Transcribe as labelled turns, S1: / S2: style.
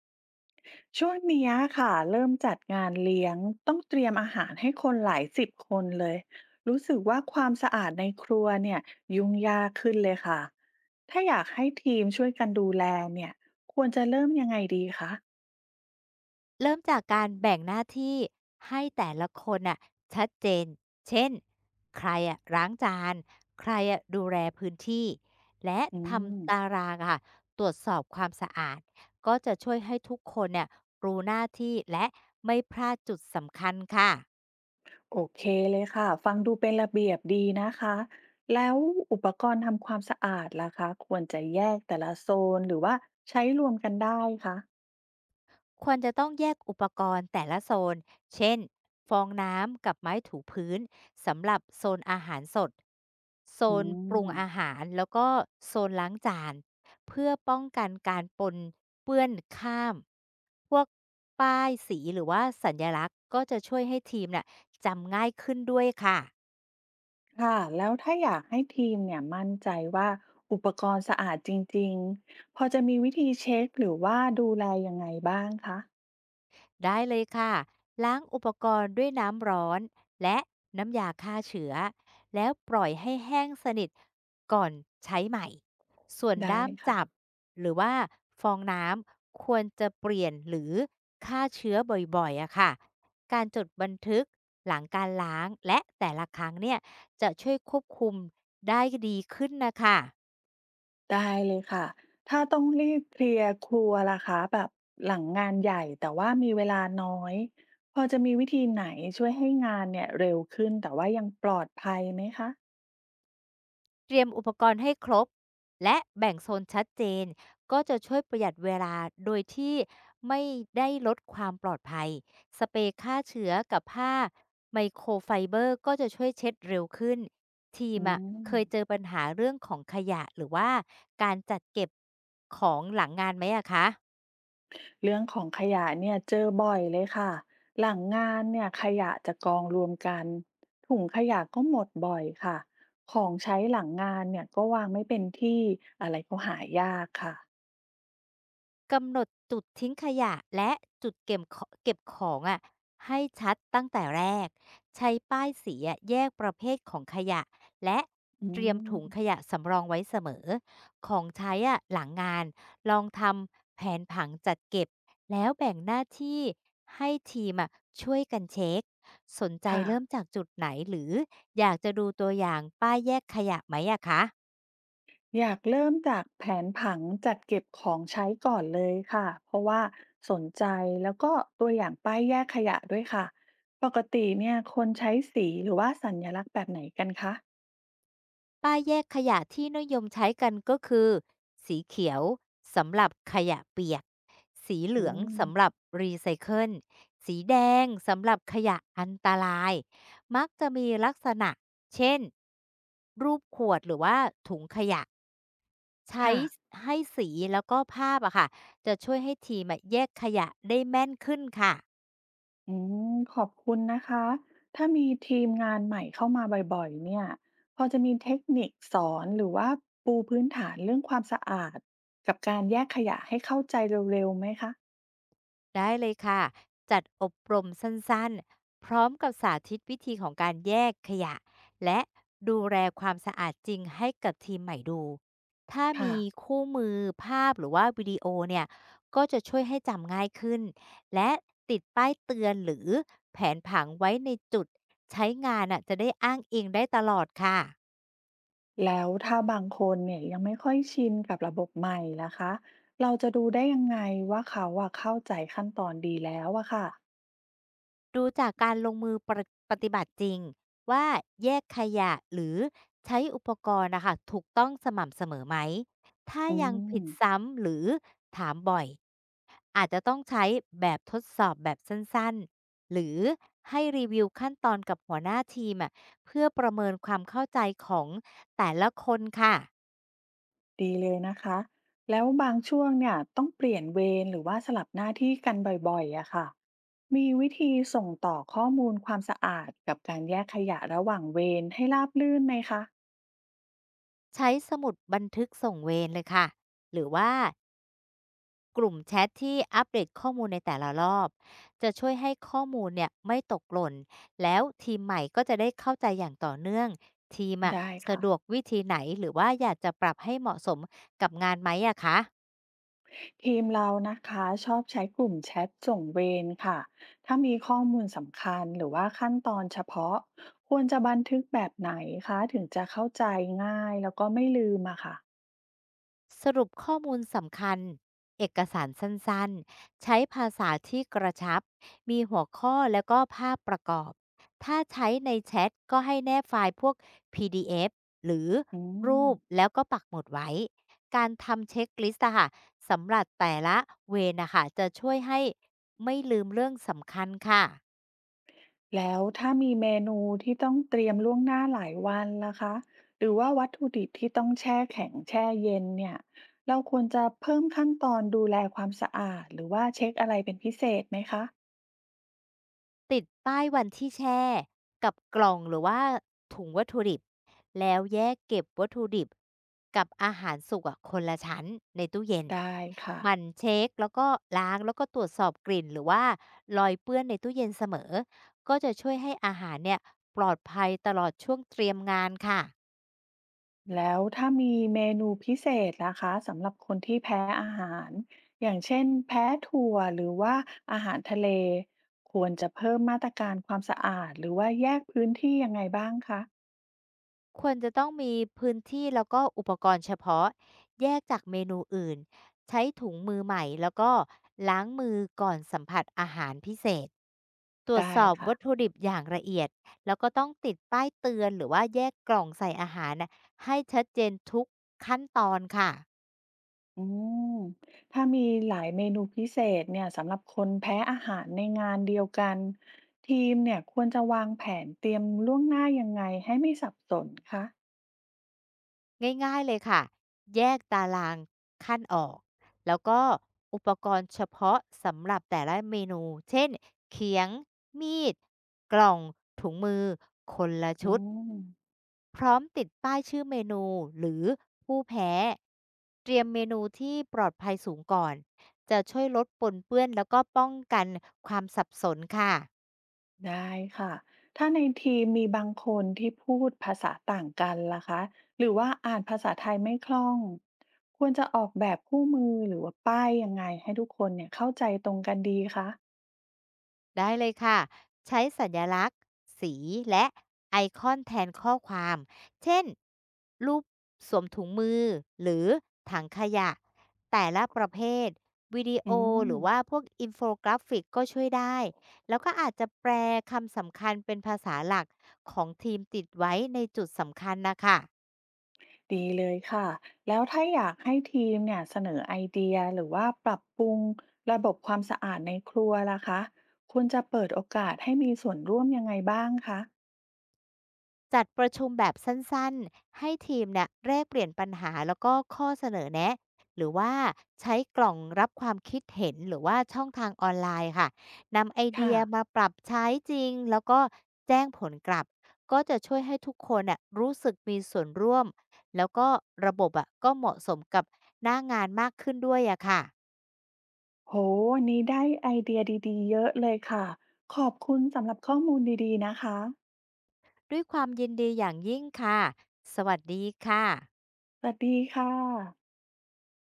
S1: ช่วงเนี้ยค่ะเริ่มจัดงานเลี้ยงต้องเตรียมอาหารให้คนหลายสิบคนเลยรู้สึกว่าความสะอาดในครัวเนี่ยยุ่งยากขึ้นเลยค่ะถ้าอยากให้ทีมช่วยกันดูแลเนี่ยควรจะเริ่มยังไงดีคะ
S2: เริ่มจากการแบ่งหน้าที่ให้แต่ละคนน่ะชัดเจน เช่น ใครอะล้างจาน ใครอะดูแลพื้นที่ และ
S1: อื
S2: ท
S1: ม
S2: ำตารางอะค่ะตรวจสอบความสะอาด ก็จะช่วยให้ทุกคนเนี่ยรู้หน้าที่และไม่พลาดจุดสำคัญค่ะ
S1: โอเคเลยค่ะฟังดูเป็นระเบียบดีนะคะแล้วอุปกรณ์ทำความสะอาดล่ะคะควรจะแยกแต่ละโซนหรือว่าใช้รวมกันได้คะ
S2: ควรจะต้องแยกอุปกรณ์แต่ละโซน เช่น ฟองน้ำกับไม้ถูพื้นสำหรับโซนอาหารสด โซ
S1: อื
S2: นปรุง
S1: ม
S2: อาหารแล้วก็โซนล้างจานเพื่อป้องกันการปนเปื้อนข้าม พวกป้ายสีหรือว่าสัญลักษณ์ก็จะช่วยให้ทีมน่ะจำง่ายขึ้นด้วยค่ะ
S1: ค่ะแล้วถ้าอยากให้ทีมเนี่ยมั่นใจว่าอุปกรณ์สะอาดจริงๆพอจะมีวิธีเช็คหรือว่าดูแลยังไงบ้างคะ
S2: ได้เลยค่ะ ล้างอุปกรณ์ด้วยน้ำร้อนและน้ำยาฆ่าเชื้อแล้วปล่อยให้แห้งสนิทก่อนใช้ใหม่ ส่วน
S1: ได้
S2: ด้าม
S1: ค่ะ
S2: จับหรือว่าฟองน้ำควรจะเปลี่ยนหรือฆ่าเชื้อบ่อยๆอะค่ะการจดบันทึกหลังการล้างและแต่ละครั้งเนี่ยจะช่วยควบคุมได้ดีขึ้นนะคะ
S1: ได้เลยค่ะถ้าต้องรีบเคลียร์ครัวล่ะคะแบบหลังงานใหญ่แต่ว่ามีเวลาน้อยพอจะมีวิธีไหนช่วยให้งานเนี่ยเร็วขึ้นแต่ว่ายังปลอดภัยไหมคะ
S2: เตรียมอุปกรณ์ให้ครบและแบ่งโซนชัดเจนก็จะช่วยประหยัดเวลาโดยที่ไม่ได้ลดความปลอดภัยสเปรย์ฆ่าเชื้อกับผ้าไมโครไฟเบอร์ก็จะช่วยเช็ดเร็วขึ้นทีม
S1: อื
S2: อะเคยเจ
S1: ม
S2: อปัญหาเรื่องของขยะหรือว่าการจัดเก็บของหลังงานไหมอะคะ
S1: เรื่องของขยะเนี่ยเจอบ่อยเลยค่ะหลังงานเนี่ยขยะจะกองรวมกันถุงขยะก็หมดบ่อยค่ะของใช้หลังงานเนี่ยก็วางไม่เป็นที่อะไรก็หายากค่ะ
S2: กำหนดจุดทิ้งขยะและจุดเก็บขอเก็บของอะให้ชัดตั้งแต่แรกใช้ป้ายสีอะแยกประเภทของขยะและ
S1: อื
S2: เตรียมถุ
S1: ม
S2: งขยะสำรองไว้เสมอของใช้อะหลังงานลองทำแผนผังจัดเก็บแล้วแบ่งหน้าที่ให้ทีมอะช่วยกันเช็คสนใจ
S1: ค่ะ
S2: เริ่มจากจุดไหนหรืออยากจะดูตัวอย่างป้ายแยกขยะไหมอะคะ
S1: อยากเริ่มจากแผนผังจัดเก็บของใช้ก่อนเลยค่ะเพราะว่าสนใจแล้วก็ตัวอย่างป้ายแยกขยะด้วยค่ะปกติเนี่ยคนใช้สีหรือว่าสัญลักษณ์แบบไหนกันคะ
S2: ป้ายแยกขยะที่นิยมใช้กันก็คือสีเขียวสำหรับขยะเปียกสีเห
S1: อื
S2: ลือง
S1: ม
S2: สำหรับรีไซเคิลสีแดงสำหรับขยะอันตรายมักจะมีลักษณะเช่นรูปขวดหรือว่าถุงขยะใช้
S1: ค่ะ
S2: ให้สีแล้วก็ภาพอะค่ะจะช่วยให้ทีมอะแยกขยะได้แม่นขึ้นค่ะ
S1: อืมขอบคุณนะคะ ถ้ามีทีมงานใหม่เข้ามาบ่อยๆเนี่ยพอจะมีเทคนิคสอนหรือว่าปูพื้นฐานเรื่องความสะอาดกับการแยกขยะให้เข้าใจเร็วๆไหมคะ
S2: ได้เลยค่ะ จัดอบรมสั้นๆ พร้อมกับสาธิตวิธีของการแยกขยะและดูแลความสะอาดจริงให้กับทีมใหม่ดู ถ้า
S1: ค่ะ
S2: มีคู่มือภาพหรือว่าวิดีโอเนี่ย ก็จะช่วยให้จำง่ายขึ้น และติดป้ายเตือนหรือแผนผังไว้ในจุดใช้งานน่ะจะได้อ้างอิงได้ตลอดค่ะ
S1: แล้วถ้าบางคนเนี่ยยังไม่ค่อยชินกับระบบใหม่ล่ะคะเราจะดูได้ยังไงว่าเขาอะเข้าใจขั้นตอนดีแล้วอะค่ะ
S2: ดูจากการลงมือปฏิบัติจริงว่าแยกขยะหรือใช้อุปกรณ์นะคะถูกต้องสม่ำเสมอไหมถ้า
S1: อื
S2: ยัง
S1: ม
S2: ผิดซ้ำหรือถามบ่อยอาจจะต้องใช้แบบทดสอบแบบสั้นๆหรือให้รีวิวขั้นตอนกับหัวหน้าทีมอะเพื่อประเมินความเข้าใจของแต่ละคนค่ะ
S1: ดีเลยนะคะแล้วบางช่วงเนี่ยต้องเปลี่ยนเวรหรือว่าสลับหน้าที่กันบ่อยๆอะค่ะมีวิธีส่งต่อข้อมูลความสะอาดกับการแยกขยะระหว่างเวรให้ราบรื่นไหมคะ
S2: ใช้สมุดบันทึกส่งเวรเลยค่ะหรือว่า กลุ่มแชทที่อัปเดตข้อมูลในแต่ละรอบจะช่วยให้ข้อมูลเนี่ยไม่ตกหล่นแล้วทีมใหม่ก็จะได้เข้าใจอย่างต่อเนื่องทีมอะ
S1: ได้
S2: สะ
S1: ค่ะ
S2: ดวกวิธีไหนหรือว่าอยากจะปรับให้เหมาะสมกับงานไหมอะคะ
S1: ทีมเรานะคะชอบใช้กลุ่มแชทส่งเวรค่ะถ้ามีข้อมูลสำคัญหรือว่าขั้นตอนเฉพาะควรจะบันทึกแบบไหนคะถึงจะเข้าใจง่ายแล้วก็ไม่ลืมอะค่ะ
S2: สรุปข้อมูลสำคัญเอกสารสั้นๆใช้ภาษาที่กระชับ มีหัวข้อแล้วก็ภาพประกอบ ถ้าใช้ในแชทก็ให้แนบไฟล์พวก PDF หรือ
S1: อื
S2: รู
S1: ม
S2: ปแล้วก็ปักหมุดไว้ การทำเช็คลิสต์อะค่ะสำหรับแต่ละเวรนะคะจะช่วยให้ไม่ลืมเรื่องสำคัญค่ะ
S1: แล้วถ้ามีเมนูที่ต้องเตรียมล่วงหน้าหลายวันล่ะคะหรือว่าวัตถุดิบที่ต้องแช่แข็งแช่เย็นเนี่ยเราควรจะเพิ่มขั้นตอนดูแลความสะอาดหรือว่าเช็คอะไรเป็นพิเศษไหมคะ
S2: ติดป้ายวันที่แช่กับกล่องหรือว่าถุงวัตถุดิบแล้วแยกเก็บวัตถุดิบกับอาหารสุกอะคนละชั้นในตู้เย็น
S1: ได้ค่ะ
S2: หมั่นเช็คแล้วก็ล้างแล้วก็ตรวจสอบกลิ่นหรือว่ารอยเปื้อนในตู้เย็นเสมอก็จะช่วยให้อาหารเนี่ยปลอดภัยตลอดช่วงเตรียมงานค่ะ
S1: แล้วถ้ามีเมนูพิเศษนะคะสำหรับคนที่แพ้อาหารอย่างเช่นแพ้ถั่วหรือว่าอาหารทะเลควรจะเพิ่มมาตรการความสะอาดหรือว่าแยกพื้นที่ยังไงบ้างคะ
S2: ควรจะต้องมีพื้นที่แล้วก็อุปกรณ์เฉพาะแยกจากเมนูอื่นใช้ถุงมือใหม่แล้วก็ล้างมือก่อนสัมผัสอาหารพิเศษตรวจ
S1: ได้
S2: สอบ
S1: ค่ะ
S2: วัตถุดิบอย่างละเอียดแล้วก็ต้องติดป้ายเตือนหรือว่าแยกกล่องใส่อาหารนะให้ชัดเจนทุกขั้นตอนค่ะ
S1: อืมถ้ามีหลายเมนูพิเศษเนี่ยสำหรับคนแพ้อาหารในงานเดียวกันทีมเนี่ยควรจะวางแผนเตรียมล่วงหน้ายังไงให้ไม่สับสนคะ
S2: ง่ายๆเลยค่ะ แยกตารางขั้นออก แล้วก็อุปกรณ์เฉพาะสำหรับแต่ละเมนู เช่น เขียง มีด กล่องถุงมือ คนละ
S1: อื
S2: ชุด
S1: ม
S2: พร้อมติดป้ายชื่อเมนูหรือผู้แพ้ เตรียมเมนูที่ปลอดภัยสูงก่อน จะช่วยลดปนเปื้อนแล้วก็ป้องกันความสับสนค่ะ
S1: ได้ค่ะถ้าในทีมมีบางคนที่พูดภาษาต่างกันล่ะคะหรือว่าอ่านภาษาไทยไม่คล่องควรจะออกแบบคู่มือหรือว่าป้ายยังไงให้ทุกคนเนี่ยเข้าใจตรงกันดีคะ
S2: ได้เลยค่ะ ใช้สัญลักษณ์สีและไอคอนแทนข้อความ เช่นรูปสวมถุงมือหรือถังขยะแต่ละประเภทวิดีโอ
S1: อืม
S2: หรือว่าพวกอินโฟกราฟิกก็ช่วยได้แล้วก็อาจจะแปลคำสำคัญเป็นภาษาหลักของทีมติดไว้ในจุดสำคัญนะคะ
S1: ดีเลยค่ะ แล้วถ้าอยากให้ทีมเนี่ยเสนอไอเดียหรือว่าปรับปรุงระบบความสะอาดในครัวล่ะคะคุณจะเปิดโอกาสให้มีส่วนร่วมยังไงบ้างคะ
S2: จัดประชุมแบบสั้นๆให้ทีมเนี่ยแลกเปลี่ยนปัญหาแล้วก็ข้อเสนอแนะหรือว่าใช้กล่องรับความคิดเห็นหรือว่าช่องทางออนไลน์ค่ะนำไอเดี
S1: ค่ะ
S2: ยมาปรับใช้จริงแล้วก็แจ้งผลกลับ ก็จะช่วยให้ทุกคนน่ะรู้สึกมีส่วนร่วมแล้วก็ระบบอ่ะก็เหมาะสมกับหน้างานมากขึ้นด้วยอะค่ะ
S1: โหวันนี้ได้ไอเดียดีๆเยอะเลยค่ะ ขอบคุณสำหรับข้อมูลดีๆนะคะ
S2: ด้วยความยินดีอย่างยิ่งค่ะ สวัสดีค่ะ
S1: สวัสดีค่ะ